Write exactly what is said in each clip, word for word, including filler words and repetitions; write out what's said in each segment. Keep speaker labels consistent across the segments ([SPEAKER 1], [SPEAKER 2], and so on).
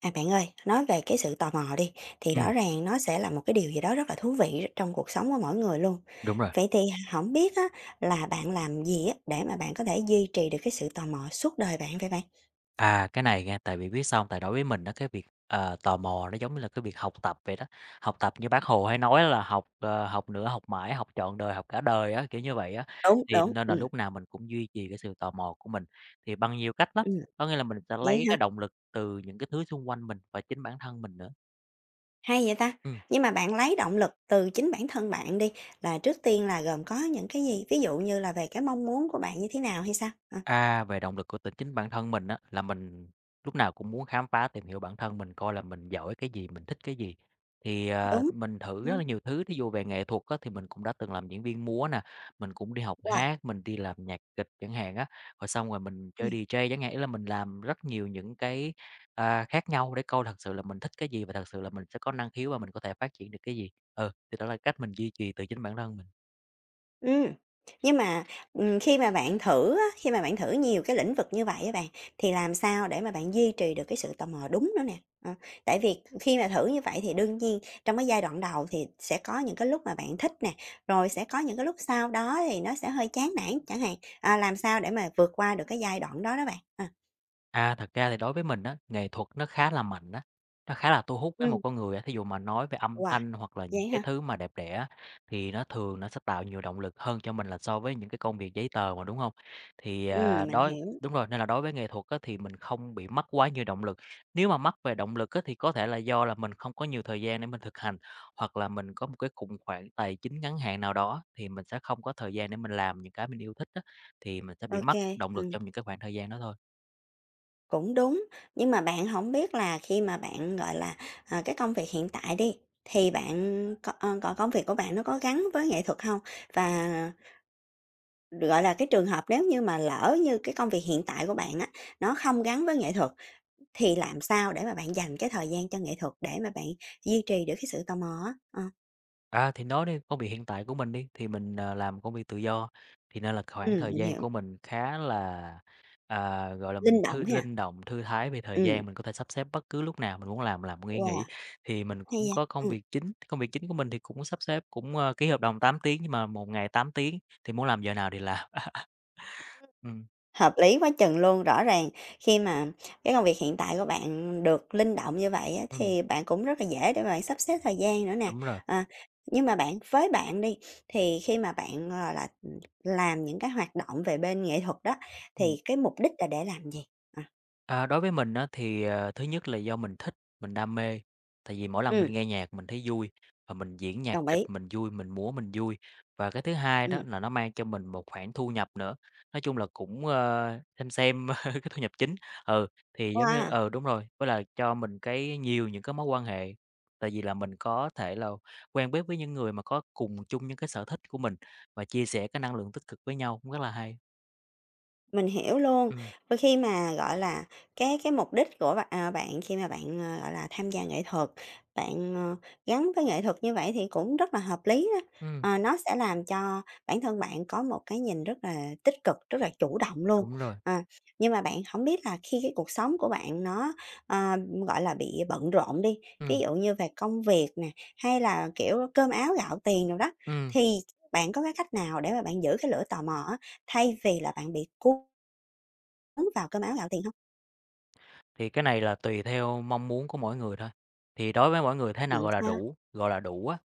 [SPEAKER 1] À, bạn ơi, nói về cái sự tò mò đi, thì rõ
[SPEAKER 2] Ừm,
[SPEAKER 1] ràng nó sẽ là một cái điều gì đó rất là thú vị trong cuộc sống của mỗi người luôn.
[SPEAKER 2] đúng rồi.
[SPEAKER 1] Vậy thì không biết á, là bạn làm gì á, để mà bạn có thể duy trì được cái sự tò mò suốt đời bạn vậy bạn?
[SPEAKER 2] À, cái này nha, tại vì biết sao hông? Tại đối với mình đó cái việc, ờ, tò mò nó giống như là cái việc học tập vậy đó. Học tập như Bác Hồ hay nói là học, ờ, học nữa, học mãi, học trọn đời, học cả đời á, kiểu như vậy á,
[SPEAKER 1] Đúng,
[SPEAKER 2] thì
[SPEAKER 1] đúng,
[SPEAKER 2] nên là
[SPEAKER 1] ừm,
[SPEAKER 2] lúc nào mình cũng duy trì cái sự tò mò của mình, thì bằng nhiều cách lắm,
[SPEAKER 1] ừm,
[SPEAKER 2] có nghĩa là mình sẽ
[SPEAKER 1] vậy
[SPEAKER 2] lấy
[SPEAKER 1] hả?
[SPEAKER 2] cái động lực từ những cái thứ xung quanh mình và chính bản thân mình nữa.
[SPEAKER 1] Hay vậy ta!
[SPEAKER 2] Ừm.
[SPEAKER 1] Nhưng mà bạn lấy động lực từ chính bản thân bạn đi, là trước tiên là gồm có những cái gì? Ví dụ như là về cái mong muốn của bạn như thế nào hay sao? Ờ,
[SPEAKER 2] À, về động lực của tự chính bản thân mình á, là mình lúc nào cũng muốn khám phá, tìm hiểu bản thân mình coi là mình giỏi cái gì, mình thích cái gì. Thì, ờ,
[SPEAKER 1] Đúng.
[SPEAKER 2] mình thử rất
[SPEAKER 1] Ừm,
[SPEAKER 2] là nhiều thứ, thí dụ về nghệ thuật á, thì mình cũng đã từng làm diễn viên múa nè, mình cũng đi học
[SPEAKER 1] wow!
[SPEAKER 2] hát, mình đi làm nhạc kịch chẳng hạn á, rồi xong rồi mình chơi đi giây chẳng hạn. Ý là mình làm rất nhiều những cái, à, khác nhau để coi thật sự là mình thích cái gì và thật sự là mình sẽ có năng khiếu và mình có thể phát triển được cái gì. Ừ, thì đó là cách mình duy trì tự chính bản thân mình.
[SPEAKER 1] Ừm, nhưng mà, ừm, khi mà bạn thử á, khi mà bạn thử nhiều cái lĩnh vực như vậy á bạn, thì làm sao để mà bạn duy trì được cái sự tò mò đúng nữa nè? Ờ, Tại vì khi mà thử như vậy thì đương nhiên trong cái giai đoạn đầu thì sẽ có những cái lúc mà bạn thích nè, rồi sẽ có những cái lúc sau đó thì nó sẽ hơi chán nản chẳng hạn, à, làm sao để mà vượt qua được cái giai đoạn đó đó bạn? À,
[SPEAKER 2] À, thật ra thì đối với mình á, nghệ thuật nó khá là mạnh á, nó khá là thu hút với một
[SPEAKER 1] ừm,
[SPEAKER 2] con người á. Thí dụ mà nói về âm
[SPEAKER 1] wow,
[SPEAKER 2] thanh hoặc là những
[SPEAKER 1] vậy
[SPEAKER 2] cái
[SPEAKER 1] hả?
[SPEAKER 2] thứ mà đẹp đẽ á, thì nó thường nó sẽ tạo nhiều động lực hơn cho mình là so với những cái công việc giấy tờ mà, đúng không? Thì,
[SPEAKER 1] Ừm,
[SPEAKER 2] à,
[SPEAKER 1] mình
[SPEAKER 2] đối
[SPEAKER 1] hiểu,
[SPEAKER 2] đúng rồi, nên là đối với nghệ thuật á, thì mình không bị mắc quá nhiều động lực. Nếu mà mắc về động lực á, thì có thể là do là mình không có nhiều thời gian để mình thực hành, hoặc là mình có một cái khủng hoảng tài chính ngắn hạn nào đó, thì mình sẽ không có thời gian để mình làm những cái mình yêu thích á, thì mình sẽ
[SPEAKER 1] ô
[SPEAKER 2] bị mất
[SPEAKER 1] kê,
[SPEAKER 2] động
[SPEAKER 1] ừm.
[SPEAKER 2] lực trong những cái khoảng thời gian đó thôi.
[SPEAKER 1] Cũng đúng, nhưng mà bạn không biết là khi mà bạn, gọi là, ờ, cái công việc hiện tại đi, thì bạn có ờ, còn công việc của bạn nó có gắn với nghệ thuật không? Và, gọi là, cái trường hợp nếu như mà lỡ như cái công việc hiện tại của bạn á, nó không gắn với nghệ thuật thì làm sao để mà bạn dành cái thời gian cho nghệ thuật để mà bạn duy trì được cái sự tò mò á? Ờ,
[SPEAKER 2] À, thì nói đi, công việc hiện tại của mình đi, thì mình, ờ, làm công việc tự do, thì nên là khoảng
[SPEAKER 1] ừm,
[SPEAKER 2] thời
[SPEAKER 1] mình
[SPEAKER 2] gian
[SPEAKER 1] hiểu,
[SPEAKER 2] của mình khá là, à, gọi là, mình
[SPEAKER 1] linh động
[SPEAKER 2] thư
[SPEAKER 1] ha?
[SPEAKER 2] linh động, thư thái về thời
[SPEAKER 1] Ừm,
[SPEAKER 2] gian, mình có thể sắp xếp bất cứ lúc nào mình muốn làm làm, nghỉ
[SPEAKER 1] wow,
[SPEAKER 2] nghỉ. Thì mình
[SPEAKER 1] hay
[SPEAKER 2] cũng
[SPEAKER 1] nha!
[SPEAKER 2] có công
[SPEAKER 1] Ừm.
[SPEAKER 2] việc chính, công việc chính của mình thì cũng sắp xếp cũng, ơ, ký hợp đồng tám tiếng nhưng mà một ngày tám tiếng, thì muốn làm giờ nào thì làm. Ừm,
[SPEAKER 1] Hợp lý quá chừng luôn, rõ ràng khi mà cái công việc hiện tại của bạn được linh động như vậy á,
[SPEAKER 2] ừm,
[SPEAKER 1] thì bạn cũng rất là dễ để mà bạn sắp xếp thời gian nữa nè.
[SPEAKER 2] đúng rồi.
[SPEAKER 1] Ờ, nhưng mà bạn với bạn đi, thì khi mà bạn, gọi là, ừ, làm những cái hoạt động về bên nghệ thuật đó, thì cái mục đích là để làm gì? À,
[SPEAKER 2] À, đối với mình á, thì, ờ, thứ nhất là do mình thích, mình đam mê, tại vì mỗi lần
[SPEAKER 1] ừm,
[SPEAKER 2] mình nghe nhạc mình thấy vui, và mình diễn nhạc
[SPEAKER 1] đồng
[SPEAKER 2] kịch
[SPEAKER 1] ý,
[SPEAKER 2] mình vui, mình múa mình vui. Và cái thứ hai đó
[SPEAKER 1] ừm,
[SPEAKER 2] là nó mang cho mình một khoản thu nhập nữa, nói chung là cũng, ờ, xem xem cái thu nhập chính. Ừ, thì giống như
[SPEAKER 1] wow!
[SPEAKER 2] ừ, đúng rồi, với là cho mình cái nhiều những cái mối quan hệ, tại vì là mình có thể là quen biết với những người mà có cùng chung những cái sở thích của mình và chia sẻ cái năng lượng tích cực với nhau cũng rất là hay.
[SPEAKER 1] Mình hiểu luôn.
[SPEAKER 2] Ừ,
[SPEAKER 1] Đôi khi mà, gọi là, cái cái mục đích của bạn à, bạn khi mà bạn, ờ, gọi là, tham gia nghệ thuật, bạn, ờ, gắn với nghệ thuật như vậy thì cũng rất là hợp lý đó.
[SPEAKER 2] ừ,
[SPEAKER 1] Ờ, nó sẽ làm cho bản thân bạn có một cái nhìn rất là tích cực, rất là chủ động luôn.
[SPEAKER 2] đúng rồi,
[SPEAKER 1] À, nhưng mà bạn không biết là khi cái cuộc sống của bạn nó, ờ, gọi là, bị bận rộn đi,
[SPEAKER 2] ừ,
[SPEAKER 1] ví dụ như về công việc nè, hay là, kiểu, cơm áo gạo tiền rồi đó,
[SPEAKER 2] ừ.
[SPEAKER 1] thì bạn có cái cách nào để mà bạn giữ cái lửa tò mò á, thay vì là bạn bị cuốn Hứng vào cơm áo gạo tiền hông?
[SPEAKER 2] Thì cái này là tùy theo mong muốn của mỗi người thôi. Thì đối với mỗi người thế nào
[SPEAKER 1] Ừm,
[SPEAKER 2] gọi là
[SPEAKER 1] sao?
[SPEAKER 2] đủ, gọi là đủ á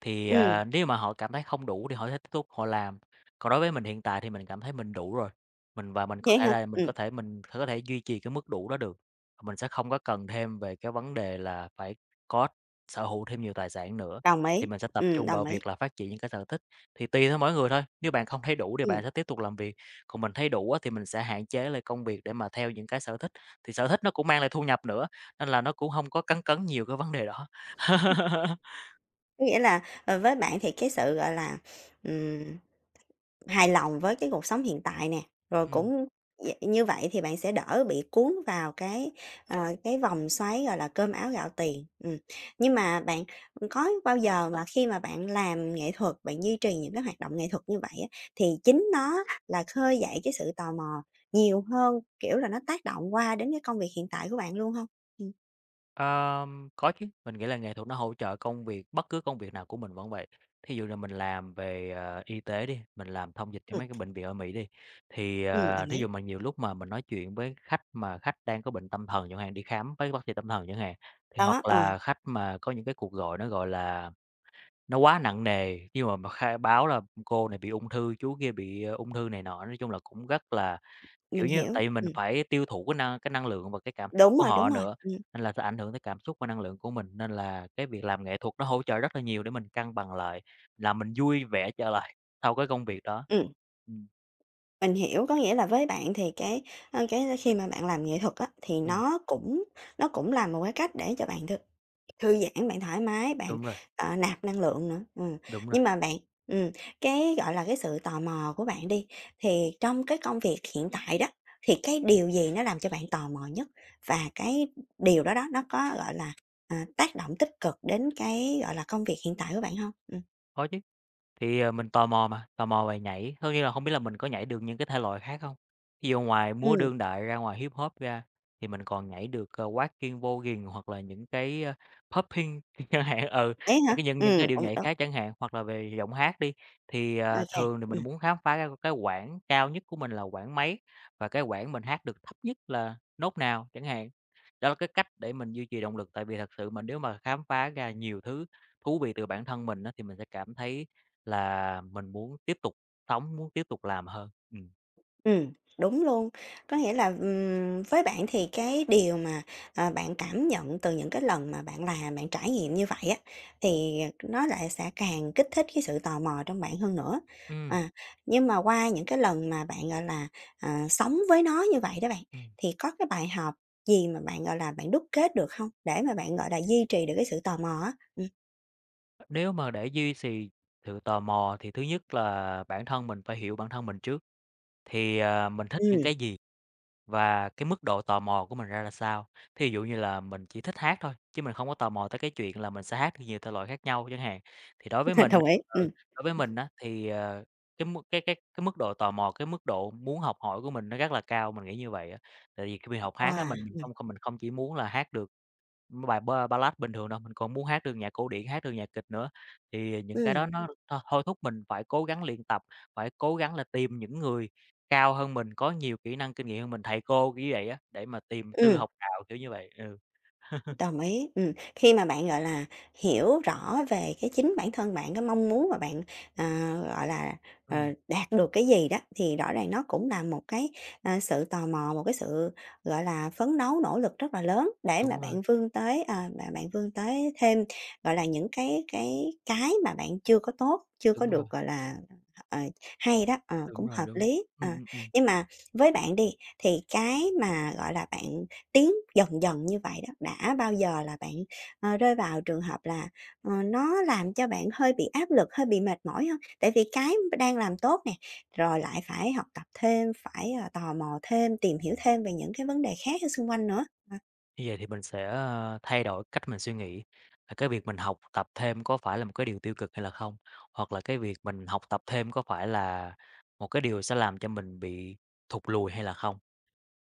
[SPEAKER 2] thì,
[SPEAKER 1] Ừm,
[SPEAKER 2] à, nếu mà họ cảm thấy không đủ thì họ sẽ tiếp tục họ làm. Còn đối với mình hiện tại thì mình cảm thấy mình đủ rồi, mình và mình có
[SPEAKER 1] vậy
[SPEAKER 2] thể
[SPEAKER 1] hả?
[SPEAKER 2] là mình
[SPEAKER 1] Ừm,
[SPEAKER 2] có thể mình có thể duy trì cái mức đủ đó được, mình sẽ không có cần thêm về cái vấn đề là phải có sở hữu thêm nhiều tài sản nữa,
[SPEAKER 1] đồng
[SPEAKER 2] thì
[SPEAKER 1] ý,
[SPEAKER 2] mình sẽ tập
[SPEAKER 1] ừm,
[SPEAKER 2] trung
[SPEAKER 1] đồng
[SPEAKER 2] vào
[SPEAKER 1] ý,
[SPEAKER 2] việc là phát triển những cái sở thích. Thì tùy theo mỗi người thôi, nếu bạn không thấy đủ thì
[SPEAKER 1] ừm.
[SPEAKER 2] bạn sẽ tiếp tục làm việc, còn mình thấy đủ á thì mình sẽ hạn chế lại công việc để mà theo những cái sở thích, thì sở thích nó cũng mang lại thu nhập nữa, nên là nó cũng không có cấn cấn nhiều cái vấn đề đó.
[SPEAKER 1] Có nghĩa là, ờ, với bạn thì cái sự, gọi là, ừm, hài lòng với cái cuộc sống hiện tại nè, rồi
[SPEAKER 2] Ừm.
[SPEAKER 1] cũng d như vậy thì bạn sẽ đỡ bị cuốn vào cái, ờ, cái vòng xoáy, gọi là, cơm áo gạo tiền. Ừm, nhưng mà bạn, có bao giờ mà khi mà bạn làm nghệ thuật, bạn duy trì những cái hoạt động nghệ thuật như vậy á, thì chính nó là khơi dậy cái sự tò mò nhiều hơn, kiểu là, nó tác động qua đến cái công việc hiện tại của bạn luôn không? Ừm,
[SPEAKER 2] Ờm, có chứ, mình nghĩ là nghệ thuật nó hỗ trợ công việc bất cứ công việc nào của mình vẫn vậy. Thí dụ là mình làm về, ờ, y tế đi, mình làm thông dịch cho
[SPEAKER 1] ừm,
[SPEAKER 2] mấy cái bệnh viện ở Mỹ đi, thì,
[SPEAKER 1] ừm,
[SPEAKER 2] ờ,
[SPEAKER 1] đồng
[SPEAKER 2] thí
[SPEAKER 1] ý.
[SPEAKER 2] dụ mà nhiều lúc mà mình nói chuyện với khách mà khách đang có bệnh tâm thần chẳng hạn, đi khám với bác sĩ tâm thần chẳng hạn, thì
[SPEAKER 1] Đó,
[SPEAKER 2] hoặc
[SPEAKER 1] ờ,
[SPEAKER 2] là khách mà có những cái cuộc gọi nó, gọi là, nó quá nặng nề, nhưng mà mà khai báo là cô này bị ung thư, chú kia bị, ờ, ung thư này nọ, nói chung là cũng rất là.
[SPEAKER 1] mình
[SPEAKER 2] Kiểu như,
[SPEAKER 1] hiểu.
[SPEAKER 2] tại vì mình
[SPEAKER 1] Ừm,
[SPEAKER 2] phải tiêu thụ cái năng cái năng lượng và cái cảm xúc
[SPEAKER 1] đúng
[SPEAKER 2] của
[SPEAKER 1] rồi, đúng
[SPEAKER 2] họ
[SPEAKER 1] rồi,
[SPEAKER 2] nữa,
[SPEAKER 1] ừm,
[SPEAKER 2] nên là sẽ ảnh hưởng tới cảm xúc và năng lượng của mình, nên là cái việc làm nghệ thuật nó hỗ trợ rất là nhiều để mình cân bằng lại, làm mình vui vẻ trở lại sau cái công việc đó.
[SPEAKER 1] ừm.
[SPEAKER 2] Ừm,
[SPEAKER 1] Mình hiểu, có nghĩa là với bạn thì cái, ơ, cái khi mà bạn làm nghệ thuật á, thì
[SPEAKER 2] ừm,
[SPEAKER 1] nó cũng nó cũng là một cái cách để cho bạn thư thư giãn, bạn thoải mái, bạn,
[SPEAKER 2] đúng rồi,
[SPEAKER 1] ờ, nạp năng lượng nữa. Ừm,
[SPEAKER 2] đúng rồi,
[SPEAKER 1] nhưng mà bạn ừm, cái, gọi là, cái sự tò mò của bạn đi, thì trong cái công việc hiện tại đó, thì cái điều gì nó làm cho bạn tò mò nhất? Và cái điều đó đó, nó có, gọi là, à, tác động tích cực đến cái, gọi là, công việc hiện tại của bạn không? Ừm.
[SPEAKER 2] có chứ. Thì, ờ, mình tò mò mà, tò mò về nhảy, tất nhiên là không biết là mình có nhảy được những cái thể loại khác không? Ví dụ ngoài múa
[SPEAKER 1] Ừm,
[SPEAKER 2] đương đại ra, ngoài Hip Hop ra thì mình còn nhảy được, ờ, Walking, Voguing hoặc là những cái, ơ, Popping chẳng hạn, ừ,
[SPEAKER 1] thế
[SPEAKER 2] những
[SPEAKER 1] hả?
[SPEAKER 2] cái những những
[SPEAKER 1] Ừm,
[SPEAKER 2] cái điệu
[SPEAKER 1] cũng
[SPEAKER 2] nhảy
[SPEAKER 1] đúng,
[SPEAKER 2] khác chẳng hạn, hoặc là về giọng hát đi, thì,
[SPEAKER 1] ô,
[SPEAKER 2] ờ, thường thì mình muốn khám phá ra cái quãng cao nhất của mình là quãng mấy và cái quãng mình hát được thấp nhất là nốt nào chẳng hạn. Đó là cái cách để mình duy trì động lực, tại vì thật sự mình nếu mà khám phá ra nhiều thứ thú vị từ bản thân mình á thì mình sẽ cảm thấy là mình muốn tiếp tục sống, muốn tiếp tục làm hơn. Ừm.
[SPEAKER 1] ừm, đúng luôn. Có nghĩa là, ừm, với bạn thì cái điều mà, à, bạn cảm nhận từ những cái lần mà bạn làm, bạn trải nghiệm như vậy á, thì nó lại sẽ càng kích thích cái sự tò mò trong bạn hơn nữa.
[SPEAKER 2] Ừm,
[SPEAKER 1] À, nhưng mà qua những cái lần mà bạn, gọi là, à, sống với nó như vậy đó bạn,
[SPEAKER 2] ừm.
[SPEAKER 1] thì có cái bài học gì mà bạn, gọi là, bạn đúc kết được không? Để mà bạn, gọi là, duy trì được cái sự tò mò á? Ừm.
[SPEAKER 2] Nếu mà để duy trì sự tò mò thì thứ nhất là bản thân mình phải hiểu bản thân mình trước, thì, à, mình thích những
[SPEAKER 1] Ừm,
[SPEAKER 2] cái gì và cái mức độ tò mò của mình ra là sao. Thí dụ như là mình chỉ thích hát thôi, chứ mình không có tò mò tới cái chuyện là mình sẽ hát được nhiều thể loại khác nhau chẳng hạn. Thì đối với mình á
[SPEAKER 1] đồng ý,
[SPEAKER 2] ừ,
[SPEAKER 1] ừm.
[SPEAKER 2] đối với mình á thì, ờ, cái mức cái cái cái mức độ tò mò, cái mức độ muốn học hỏi của mình nó rất là cao, mình nghĩ như vậy á. Tại vì khi mình học hát á,
[SPEAKER 1] Wow!
[SPEAKER 2] mình không không mình không chỉ muốn là hát được mấy bài ba ballad bình thường đâu, mình còn muốn hát được nhạc cổ điển, hát được nhạc kịch nữa, thì những cái
[SPEAKER 1] Ừm,
[SPEAKER 2] đó nó Ừm. thôi thúc mình phải cố gắng luyện tập, phải cố gắng là tìm những người cao hơn mình, có nhiều kỹ năng, kinh nghiệm hơn mình, thầy cô kiểu vậy á, để mà tìm sư
[SPEAKER 1] ừm.
[SPEAKER 2] học đạo, kiểu như vậy, ừ.
[SPEAKER 1] Đồng ý, ừm. Khi mà bạn, gọi là, hiểu rõ về cái chính bản thân bạn, cái mong muốn mà bạn, à, gọi là, ờ,
[SPEAKER 2] Ừm,
[SPEAKER 1] đạt được cái gì đó, thì rõ ràng nó cũng là một cái, à, sự tò mò, một cái sự, gọi là, phấn đấu, nỗ lực rất là lớn để mà
[SPEAKER 2] đúng rồi,
[SPEAKER 1] bạn vươn tới, à, mà bạn vươn tới thêm, gọi là, những cái cái cái mà bạn chưa có tốt, chưa có
[SPEAKER 2] đúng rồi,
[SPEAKER 1] được, gọi là, ờ, hay đó, ờ,
[SPEAKER 2] đúng
[SPEAKER 1] cũng
[SPEAKER 2] rồi,
[SPEAKER 1] hợp
[SPEAKER 2] đúng.
[SPEAKER 1] lý. Ờ,
[SPEAKER 2] Ừm, ừm, ừm.
[SPEAKER 1] nhưng mà với bạn đi, thì cái mà, gọi là, bạn tiến dần dần như vậy đó, đã bao giờ là bạn, ờ, rơi vào trường hợp là, ờ, nó làm cho bạn hơi bị áp lực, hơi bị mệt mỏi không? Tại vì cái đang làm tốt nè, rồi lại phải học tập thêm, phải, ờ, tò mò thêm, tìm hiểu thêm về những cái vấn đề khác ở xung quanh nữa. Ờ,
[SPEAKER 2] Như vậy thì mình sẽ, ơ, thay đổi cách mình suy nghĩ là cái việc mình học tập thêm có phải là một cái điều tiêu cực hay là không? Hoặc là cái việc mình học tập thêm có phải là một cái điều sẽ làm cho mình bị thụt lùi hay là không?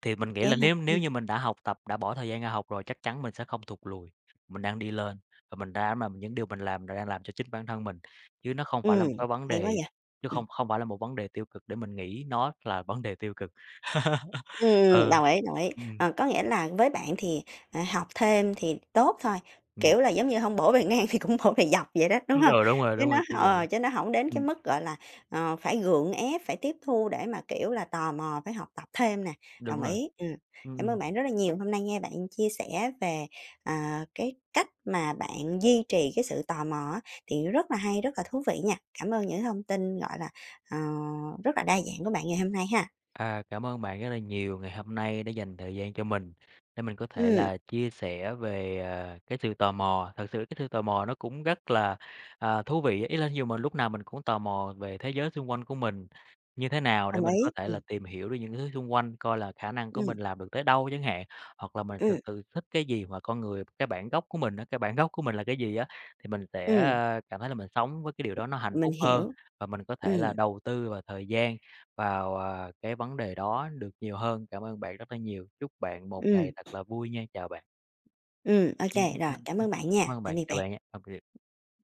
[SPEAKER 2] Thì mình nghĩ
[SPEAKER 1] vậy
[SPEAKER 2] là
[SPEAKER 1] hả?
[SPEAKER 2] nếu
[SPEAKER 1] Ừm,
[SPEAKER 2] nếu như mình đã học tập, đã bỏ thời gian ra học rồi, chắc chắn mình sẽ không thụt lùi. Mình đang đi lên và mình đã mà những điều mình làm là đang làm cho chính bản thân mình, chứ nó không phải là
[SPEAKER 1] ừm,
[SPEAKER 2] một cái vấn
[SPEAKER 1] hay quá
[SPEAKER 2] đề
[SPEAKER 1] vậy!
[SPEAKER 2] chứ
[SPEAKER 1] Ừm.
[SPEAKER 2] không không phải là một vấn đề tiêu cực để mình nghĩ nó là vấn đề tiêu cực.
[SPEAKER 1] Ừm, ừm,
[SPEAKER 2] Ờ,
[SPEAKER 1] đồng ý, đồng ý.
[SPEAKER 2] ừm,
[SPEAKER 1] Ờ, có nghĩa là với bạn thì, à, học thêm thì tốt thôi,
[SPEAKER 2] ừm,
[SPEAKER 1] kiểu là, giống như hông bổ bề ngang thì cũng bổ bề dọc vậy đó, đúng
[SPEAKER 2] ừ,
[SPEAKER 1] hông?
[SPEAKER 2] đúng rồi,
[SPEAKER 1] Chứ
[SPEAKER 2] đúng
[SPEAKER 1] nó
[SPEAKER 2] rồi, kiểu
[SPEAKER 1] ờ,
[SPEAKER 2] vậy.
[SPEAKER 1] chứ nó hổng đến cái
[SPEAKER 2] Ừm,
[SPEAKER 1] mức, gọi là, ờ, phải gượng ép, phải tiếp thu để mà, kiểu là, tò mò phải học tập thêm nè,
[SPEAKER 2] đúng
[SPEAKER 1] đồng
[SPEAKER 2] rồi.
[SPEAKER 1] ý, ừm. Cảm
[SPEAKER 2] Ừm,
[SPEAKER 1] ơn bạn rất là nhiều, hôm nay nghe bạn chia sẻ về, à, cái cách mà bạn duy trì cái sự tò mò á, thì rất là hay, rất là thú vị nha. Cảm ơn những thông tin, gọi là, ờ, rất là đa dạng của bạn ngày hôm nay ha.
[SPEAKER 2] À, cảm ơn bạn rất là nhiều ngày hôm nay đã dành thời gian cho mình để mình có thể
[SPEAKER 1] Ừm,
[SPEAKER 2] là chia sẻ về, à, cái sự tò mò. Thật sự cái sự tò mò nó cũng rất là, à, thú vị ý là dù mình lúc nào mình cũng tò mò về thế giới xung quanh của mình như thế nào để
[SPEAKER 1] đồng
[SPEAKER 2] mình có
[SPEAKER 1] ý,
[SPEAKER 2] thể là
[SPEAKER 1] ừm.
[SPEAKER 2] tìm hiểu được những thứ xung quanh, coi là khả năng của
[SPEAKER 1] Ừm,
[SPEAKER 2] mình làm được tới đâu chẳng hạn, hoặc là mình
[SPEAKER 1] ừm,
[SPEAKER 2] thực sự thích cái gì mà con người cái bản gốc của mình á, cái bản gốc của mình là cái gì á, thì mình sẽ,
[SPEAKER 1] ừm,
[SPEAKER 2] a, cảm thấy là mình sống với cái điều đó nó hạnh
[SPEAKER 1] mình
[SPEAKER 2] phúc hơn
[SPEAKER 1] hiểu.
[SPEAKER 2] và mình có thể
[SPEAKER 1] Ừm,
[SPEAKER 2] là đầu tư vào thời gian vào, à, cái vấn đề đó được nhiều hơn. Cảm ơn bạn rất là nhiều. Chúc bạn một ngày
[SPEAKER 1] ừm,
[SPEAKER 2] thật là vui nha. Chào bạn.
[SPEAKER 1] ừm, ô
[SPEAKER 2] Ừm,
[SPEAKER 1] kê,
[SPEAKER 2] ừm,
[SPEAKER 1] rồi,
[SPEAKER 2] ừm,
[SPEAKER 1] cảm
[SPEAKER 2] ừm.
[SPEAKER 1] ơn bạn
[SPEAKER 2] Cảm
[SPEAKER 1] nha.
[SPEAKER 2] ơn
[SPEAKER 1] Tạm
[SPEAKER 2] bạn,
[SPEAKER 1] biệt
[SPEAKER 2] chào bạn
[SPEAKER 1] bạn.
[SPEAKER 2] nha.